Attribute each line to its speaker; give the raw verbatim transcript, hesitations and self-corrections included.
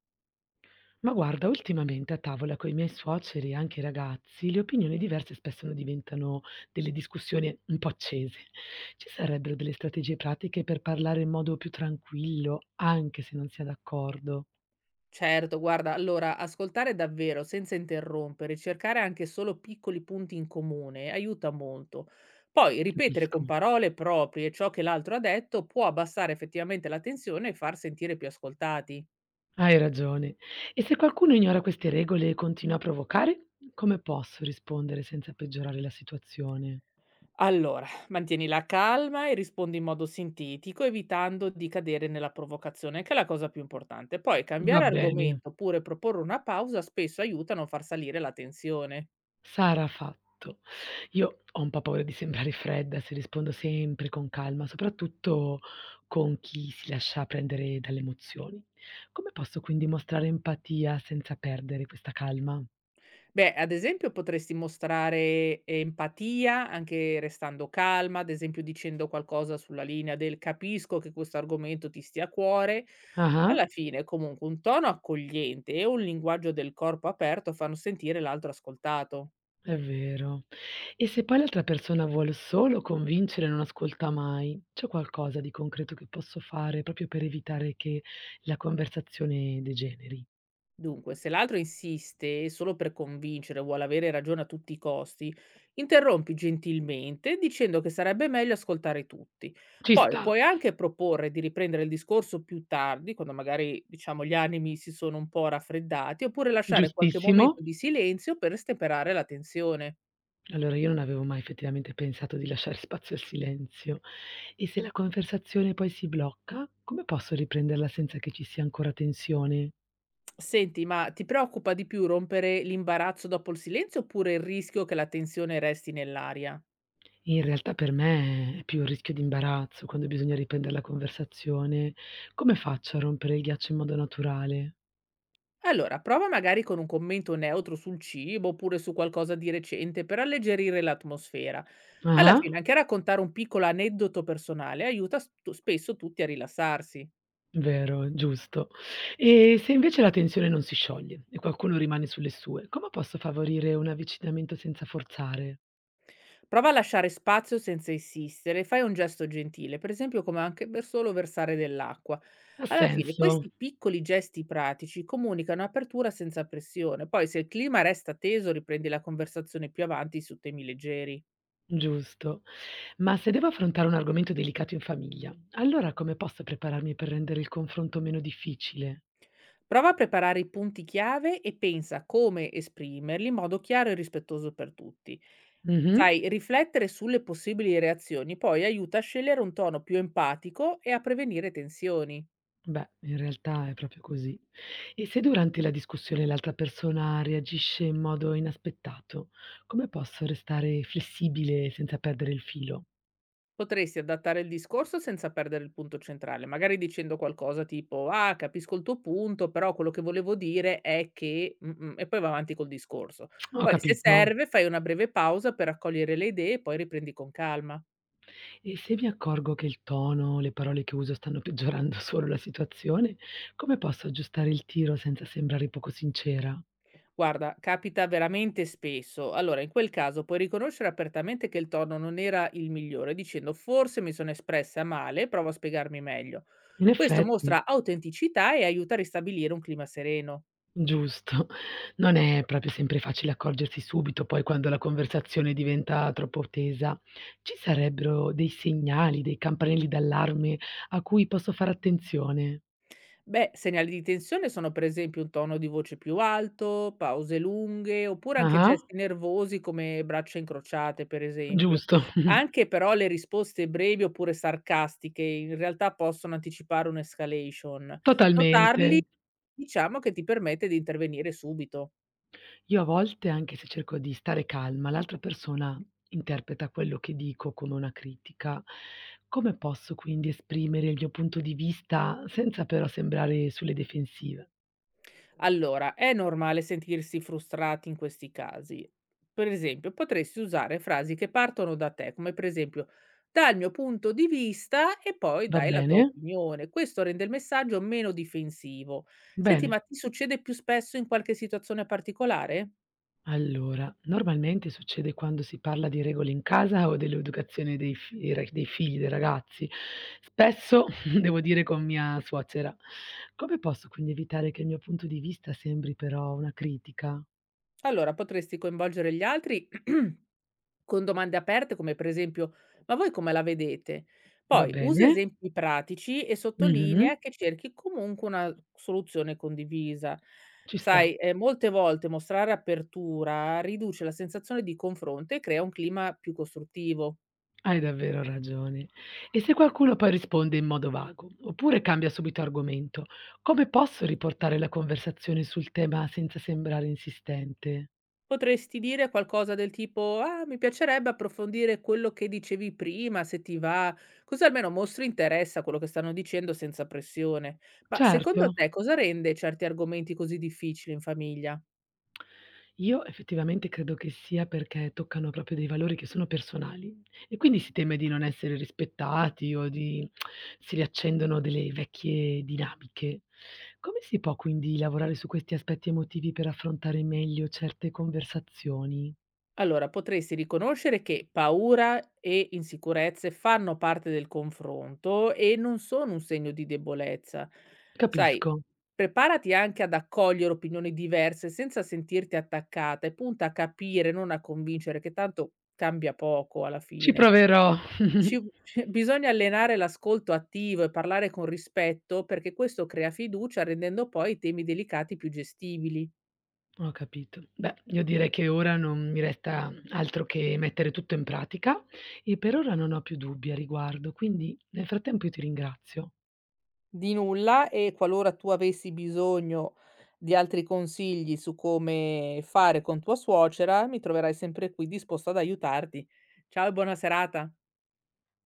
Speaker 1: Ma guarda, ultimamente a tavola coi miei suoceri e anche i ragazzi, le opinioni diverse spesso no diventano delle discussioni un po' accese. Ci sarebbero delle strategie pratiche per parlare in modo più tranquillo, anche se non si è d'accordo?
Speaker 2: Certo, guarda, allora ascoltare davvero senza interrompere, cercare anche solo piccoli punti in comune aiuta molto. Poi ripetere con
Speaker 1: Capisco.
Speaker 2: parole proprie ciò che l'altro ha detto può abbassare effettivamente la tensione e far sentire più ascoltati.
Speaker 1: Hai ragione. E se qualcuno ignora queste regole e continua a provocare, come posso rispondere senza peggiorare la situazione?
Speaker 2: Allora, mantieni la calma e rispondi in modo sintetico, evitando di cadere nella provocazione, che è la cosa più importante. Poi
Speaker 1: Va
Speaker 2: cambiare
Speaker 1: bene.
Speaker 2: argomento oppure proporre una pausa spesso aiuta a non far salire la tensione.
Speaker 1: Sarà fatto. Io ho un po' paura di sembrare fredda se rispondo sempre con calma, soprattutto con chi si lascia prendere dalle emozioni. Come posso quindi mostrare empatia senza perdere questa calma?
Speaker 2: Beh, ad esempio potresti mostrare empatia anche restando calma, ad esempio dicendo qualcosa sulla linea del: "Capisco che questo argomento ti stia a cuore".
Speaker 1: Ah-ah,
Speaker 2: Alla fine comunque un tono accogliente e un linguaggio del corpo aperto fanno sentire l'altro ascoltato.
Speaker 1: è vero. E se poi l'altra persona vuole solo convincere e non ascolta mai, c'è qualcosa di concreto che posso fare proprio per evitare che la conversazione degeneri?
Speaker 2: Dunque, se l'altro insiste solo per convincere, o vuole avere ragione a tutti i costi, interrompi gentilmente dicendo che sarebbe meglio ascoltare tutti.
Speaker 1: Ci
Speaker 2: Poi
Speaker 1: sta,
Speaker 2: puoi anche proporre di riprendere il discorso più tardi, quando magari diciamo gli animi si sono un po' raffreddati, oppure lasciare qualche
Speaker 1: giustissimo.
Speaker 2: momento di silenzio per stemperare la tensione.
Speaker 1: Allora, io non avevo mai effettivamente pensato di lasciare spazio al silenzio. E se la conversazione poi si blocca, come posso riprenderla senza che ci sia ancora tensione?
Speaker 2: Senti, ma ti preoccupa di più rompere l'imbarazzo dopo il silenzio oppure il rischio che la tensione resti nell'aria?
Speaker 1: In realtà per me è più il rischio di imbarazzo quando bisogna riprendere la conversazione. Come faccio a rompere il ghiaccio in modo naturale?
Speaker 2: Allora, prova magari con un commento neutro sul cibo oppure su qualcosa di recente per alleggerire l'atmosfera. Alla
Speaker 1: Ah,
Speaker 2: fine, anche raccontare un piccolo aneddoto personale aiuta stu- spesso tutti a rilassarsi.
Speaker 1: vero, giusto. E se invece la tensione non si scioglie e qualcuno rimane sulle sue, come posso favorire un avvicinamento senza forzare?
Speaker 2: Prova a lasciare spazio senza insistere, fai un gesto gentile, per esempio come anche per solo versare dell'acqua.
Speaker 1: Ha
Speaker 2: Alla fine,
Speaker 1: senso?
Speaker 2: questi piccoli gesti pratici comunicano apertura senza pressione. Poi, se il clima resta teso, riprendi la conversazione più avanti su temi leggeri.
Speaker 1: Giusto. Ma se devo affrontare un argomento delicato in famiglia, allora come posso prepararmi per rendere il confronto meno difficile?
Speaker 2: Prova a preparare i punti chiave e pensa a come esprimerli in modo chiaro e rispettoso per tutti.
Speaker 1: Mh-mh.
Speaker 2: Sai, riflettere sulle possibili reazioni poi aiuta a scegliere un tono più empatico e a prevenire tensioni.
Speaker 1: Beh, in realtà è proprio così. E se durante la discussione l'altra persona reagisce in modo inaspettato, come posso restare flessibile senza perdere il filo?
Speaker 2: Potresti adattare il discorso senza perdere il punto centrale, magari dicendo qualcosa tipo: "Ah, capisco il tuo punto, però quello che volevo dire è che. mm, mm", e poi va avanti col discorso".
Speaker 1: Ho
Speaker 2: Poi, se
Speaker 1: capito.
Speaker 2: serve, fai una breve pausa per raccogliere le idee e poi riprendi con calma.
Speaker 1: E se mi accorgo che il tono, le parole che uso stanno peggiorando solo la situazione, come posso aggiustare il tiro senza sembrare poco sincera?
Speaker 2: Guarda, capita veramente spesso. Allora, in quel caso puoi riconoscere apertamente che il tono non era il migliore, dicendo "forse mi sono espressa male, provo a spiegarmi meglio".
Speaker 1: In
Speaker 2: Questo
Speaker 1: effetti.
Speaker 2: mostra autenticità e aiuta a ristabilire un clima sereno.
Speaker 1: Giusto. Non è proprio sempre facile accorgersi subito poi quando la conversazione diventa troppo tesa. Ci sarebbero dei segnali, dei campanelli d'allarme a cui posso fare attenzione?
Speaker 2: Beh, segnali di tensione sono per esempio un tono di voce più alto, pause lunghe, oppure anche
Speaker 1: Ah-ah,
Speaker 2: gesti nervosi come braccia incrociate, per esempio.
Speaker 1: giusto,
Speaker 2: Anche però le risposte brevi oppure sarcastiche in realtà possono anticipare un'escalation.
Speaker 1: totalmente.
Speaker 2: Notarli. Diciamo che ti permette di intervenire subito.
Speaker 1: Io a volte, anche se cerco di stare calma, l'altra persona interpreta quello che dico come una critica. Come posso quindi esprimere il mio punto di vista senza però sembrare sulle difensive?
Speaker 2: Allora, è normale sentirsi frustrati in questi casi. Per esempio, potresti usare frasi che partono da te, come per esempio: "Dal mio punto di vista", e poi
Speaker 1: Va
Speaker 2: dai la tua
Speaker 1: bene?
Speaker 2: opinione. Questo rende il messaggio meno difensivo. Senti, ma
Speaker 1: Bene.
Speaker 2: ti succede più spesso in qualche situazione particolare?
Speaker 1: Allora, normalmente succede quando si parla di regole in casa o dell'educazione dei fi- dei ra- dei figli, dei ragazzi. Spesso, devo dire, con mia suocera. Come posso quindi evitare che il mio punto di vista sembri però una critica?
Speaker 2: Allora potresti coinvolgere gli altri con domande aperte come per esempio: "Ma voi come la vedete?"
Speaker 1: Va
Speaker 2: Poi usa
Speaker 1: bene?
Speaker 2: esempi pratici e
Speaker 1: Mhm.
Speaker 2: sottolinea che cerchi comunque una soluzione condivisa.
Speaker 1: Ci sta.
Speaker 2: Sai, ehm, molte volte mostrare apertura riduce la sensazione di confronto e crea un clima più costruttivo.
Speaker 1: Hai davvero ragione. E se qualcuno poi risponde in modo vago, oppure cambia subito argomento, come posso riportare la conversazione sul tema senza sembrare insistente?
Speaker 2: Potresti dire qualcosa del tipo: "Ah, mi piacerebbe approfondire quello che dicevi prima, se ti va", così almeno mostri interesse a quello che stanno dicendo senza pressione. Ma
Speaker 1: Certo.
Speaker 2: secondo te cosa rende certi argomenti così difficili in famiglia?
Speaker 1: Io effettivamente credo che sia perché toccano proprio dei valori che sono personali e quindi si teme di non essere rispettati o di si riaccendono delle vecchie dinamiche. Come si può quindi lavorare su questi aspetti emotivi per affrontare meglio certe conversazioni?
Speaker 2: Allora, potresti riconoscere che paura e insicurezze fanno parte del confronto e non sono un segno di debolezza. Sai,
Speaker 1: Capisco,
Speaker 2: preparati anche ad accogliere opinioni diverse senza sentirti attaccata e punta a capire, non a convincere, che tanto cambia poco alla
Speaker 1: ci
Speaker 2: fine.
Speaker 1: proverò.
Speaker 2: Ci- Bisogna allenare l'ascolto attivo e parlare con rispetto perché questo crea fiducia rendendo poi i temi delicati più gestibili.
Speaker 1: Ho capito. Beh, io direi che ora non mi resta altro che mettere tutto in pratica e per ora non ho più dubbi a riguardo, quindi nel frattempo io ti ringrazio.
Speaker 2: Di nulla, e qualora tu avessi bisogno di altri consigli su come fare con tua suocera, mi troverai sempre qui disposto ad aiutarti. Ciao e buona serata.